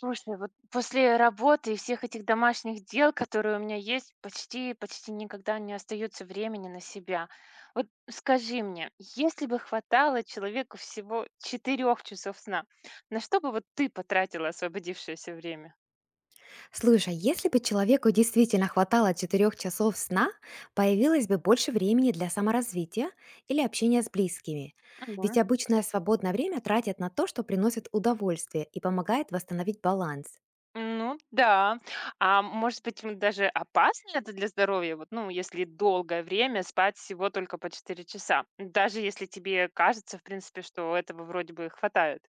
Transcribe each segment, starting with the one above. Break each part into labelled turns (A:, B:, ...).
A: Слушай, вот после работы и всех этих домашних дел, которые у меня есть, почти никогда не остается времени на себя. Вот скажи мне, если бы хватало человеку всего четырех часов сна, на что бы вот ты потратила освободившееся время?
B: Слушай, если бы человеку действительно хватало 4 часов сна, появилось бы больше времени для саморазвития или общения с близкими. Ведь
A: Мгм.
B: обычное свободное время тратят на то, что приносит удовольствие и помогает восстановить баланс.
A: Ну да. А может быть, даже опасно это для здоровья? Вот, ну, если долгое время спать всего только по 4 часа, даже если тебе кажется, в принципе, что этого вроде бы хватает.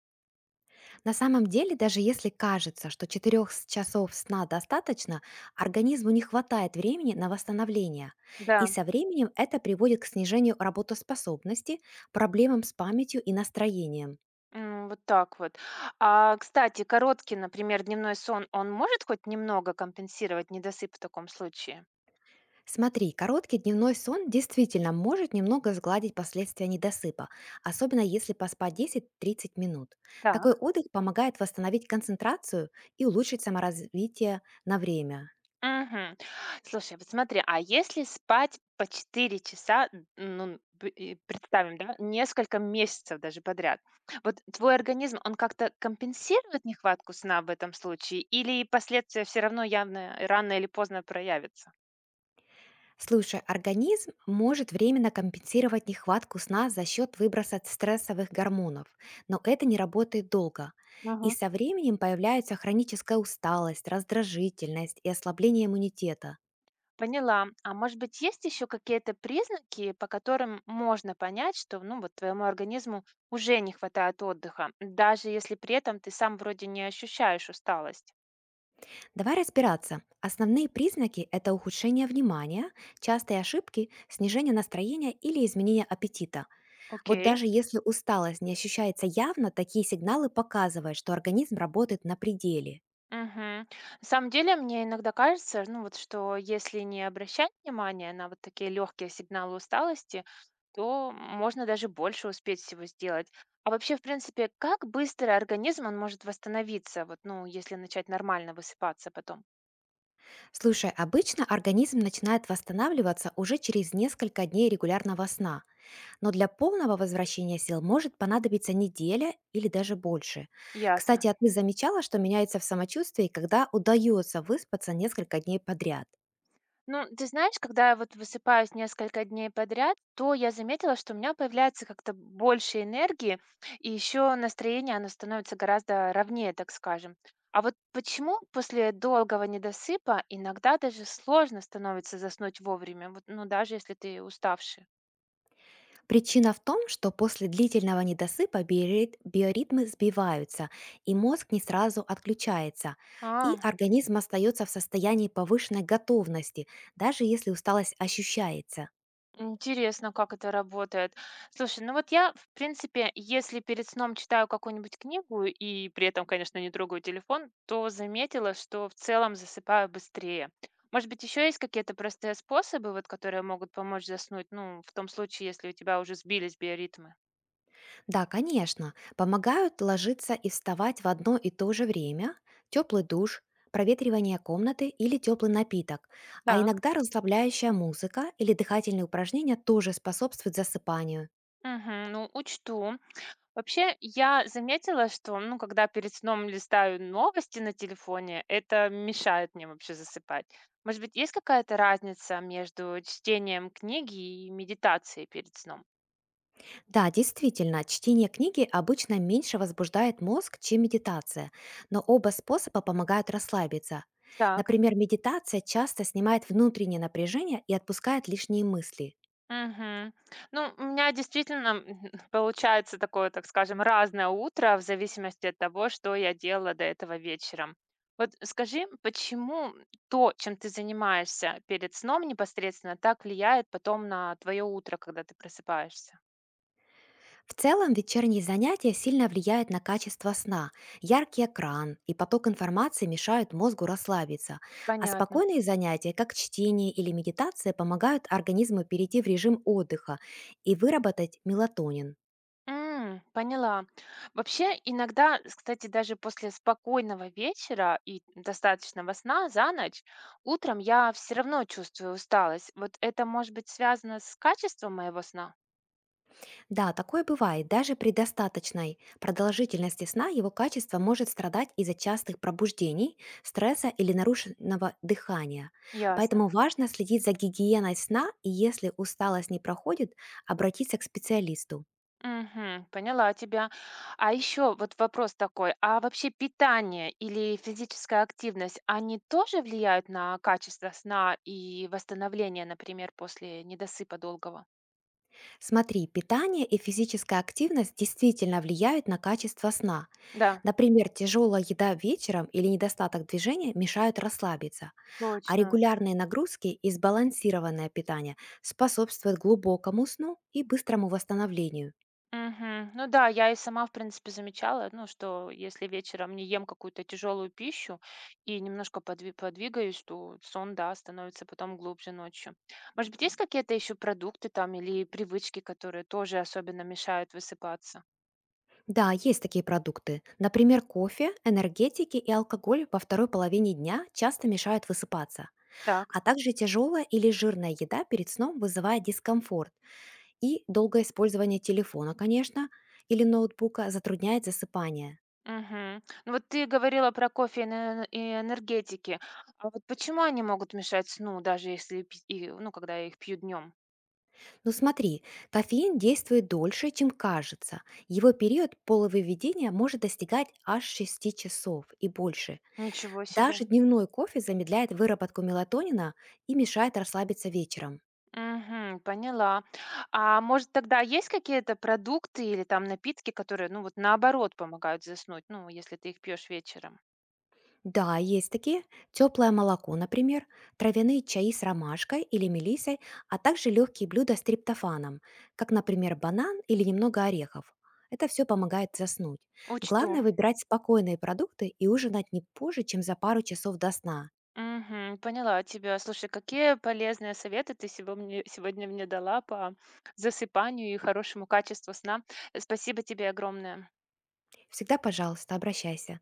B: На самом деле, даже если кажется, что 4 часов сна достаточно, организму не хватает времени на восстановление. И
A: Да.
B: со временем это приводит к снижению работоспособности, проблемам с памятью и настроением.
A: Вот так вот. А, кстати, короткий, например, дневной сон, он может хоть немного компенсировать недосып в таком случае?
B: Смотри, короткий дневной сон действительно может немного сгладить последствия недосыпа, особенно если поспать 10-30 минут.
A: Так.
B: Такой отдых помогает восстановить концентрацию и улучшить саморазвитие на время.
A: Мгм. Слушай, вот смотри, а если спать по 4 часа, ну, и представим, да, несколько месяцев даже подряд, вот твой организм, он как-то компенсирует нехватку сна в этом случае или последствия все равно явно рано или поздно проявятся?
B: Слушай, организм может временно компенсировать нехватку сна за счет выброса стрессовых гормонов, но это не работает долго. И
A: Ага.
B: со временем появляются хроническая усталость, раздражительность и ослабление иммунитета.
A: Поняла. А может быть, есть еще какие-то признаки, по которым можно понять, что, ну, вот твоему организму уже не хватает отдыха, даже если при этом ты сам вроде не ощущаешь усталость?
B: Давай разбираться. Основные признаки – это ухудшение внимания, частые ошибки, снижение настроения или изменение аппетита. Вот
A: Окей.
B: даже если усталость не ощущается явно, такие сигналы показывают, что организм работает на пределе.
A: Мгм. На самом деле, мне иногда кажется, ну вот, что если не обращать внимания на вот такие легкие сигналы усталости, то можно даже больше успеть всего сделать. А вообще, в принципе, как быстро организм он может восстановиться, вот, ну, если начать нормально высыпаться потом?
B: Слушай, обычно организм начинает восстанавливаться уже через несколько дней регулярного сна, но для полного возвращения сил может понадобиться неделя или даже больше.
A: Ясно.
B: Кстати, а ты замечала, что меняется в самочувствии, когда удается выспаться несколько дней подряд?
A: Ну, ты знаешь, когда я вот высыпаюсь несколько дней подряд, то я заметила, что у меня появляется как-то больше энергии, и еще настроение, оно становится гораздо ровнее, так скажем. А вот почему после долгого недосыпа иногда даже сложно становится заснуть вовремя, вот, ну, даже если ты уставший?
B: Причина в том, что после длительного недосыпа биоритмы сбиваются, и мозг не сразу отключается, и
A: А.
B: организм остается в состоянии повышенной готовности, даже если усталость ощущается.
A: Интересно, как это работает. Слушай, ну вот я, в принципе, если перед сном читаю какую-нибудь книгу и при этом, конечно, не трогаю телефон, то заметила, что в целом засыпаю быстрее. Может быть, еще есть какие-то простые способы, вот, которые могут помочь заснуть, ну, в том случае, если у тебя уже сбились биоритмы?
B: Да, конечно, помогают ложиться и вставать в одно и то же время, теплый душ, проветривание комнаты или теплый напиток, а
A: Так.
B: иногда расслабляющая музыка или дыхательные упражнения тоже способствуют засыпанию.
A: Мгм, ну, учту. Вообще, я заметила, что, ну, когда перед сном листаю новости на телефоне, это мешает мне вообще засыпать. Может быть, есть какая-то разница между чтением книги и медитацией перед сном?
B: Да, действительно, чтение книги обычно меньше возбуждает мозг, чем медитация, но оба способа помогают расслабиться.
A: Так.
B: Например, медитация часто снимает внутреннее напряжение и отпускает лишние мысли.
A: Мгм. Ну, у меня действительно получается такое, так скажем, разное утро в зависимости от того, что я делала до этого вечером. Вот скажи, почему то, чем ты занимаешься перед сном непосредственно, так влияет потом на твое утро, когда ты просыпаешься?
B: В целом, вечерние занятия сильно влияют на качество сна. Яркий экран и поток информации мешают мозгу расслабиться, а
A: Понятно.
B: спокойные занятия, как чтение или медитация, помогают организму перейти в режим отдыха и выработать мелатонин.
A: Поняла. Вообще, иногда, кстати, даже после спокойного вечера и достаточного сна за ночь, утром я все равно чувствую усталость. Вот это может быть связано с качеством моего сна?
B: Да, такое бывает. Даже при достаточной продолжительности сна его качество может страдать из-за частых пробуждений, стресса или нарушенного дыхания.
A: Ясно.
B: Поэтому важно следить за гигиеной сна, и если усталость не проходит, обратиться к специалисту.
A: Мгм, поняла тебя. А еще вот вопрос такой, а вообще питание или физическая активность, они тоже влияют на качество сна и восстановление, например, после недосыпа долгого?
B: Смотри, питание и физическая активность действительно влияют на качество сна.
A: Да,
B: Например, тяжелая еда вечером или недостаток движения мешают расслабиться. А
A: точно.
B: регулярные нагрузки и сбалансированное питание способствуют глубокому сну и быстрому восстановлению.
A: Мгм. Ну да, я и сама, в принципе, замечала, ну, что если вечером не ем какую-то тяжелую пищу и немножко подвигаюсь, то сон, да, становится потом глубже ночью. Может быть, есть какие-то еще продукты там или привычки, которые тоже особенно мешают высыпаться?
B: Да, есть такие продукты. Например, кофе, энергетики и алкоголь во второй половине дня часто мешают высыпаться.
A: Так.
B: А также тяжелая или жирная еда перед сном вызывает дискомфорт. И долгое использование телефона, конечно, или ноутбука затрудняет засыпание.
A: Мгм. Ну вот ты говорила про кофе и и энергетики. А вот почему они могут мешать сну, даже если пить и, ну, когда я их пью днем?
B: Ну смотри, кофеин действует дольше, чем кажется. Его период полувыведения может достигать аж 6 часов и больше.
A: Ничего себе.
B: Даже дневной кофе замедляет выработку мелатонина и мешает расслабиться вечером.
A: Мгм. Поняла. А может, тогда есть какие-то продукты или там напитки, которые, ну, вот наоборот помогают заснуть, ну, если ты их пьешь вечером?
B: Да, есть такие. Теплое молоко, например, травяные чаи с ромашкой или мелисой, а также легкие блюда с триптофаном, как, например, банан или немного орехов. Это все помогает заснуть.
A: Учту.
B: Главное выбирать спокойные продукты и ужинать не позже, чем за пару часов до сна.
A: Мгм. Поняла тебя. Слушай, какие полезные советы ты сегодня мне дала по засыпанию и хорошему качеству сна. Спасибо тебе огромное.
B: Всегда, пожалуйста, обращайся.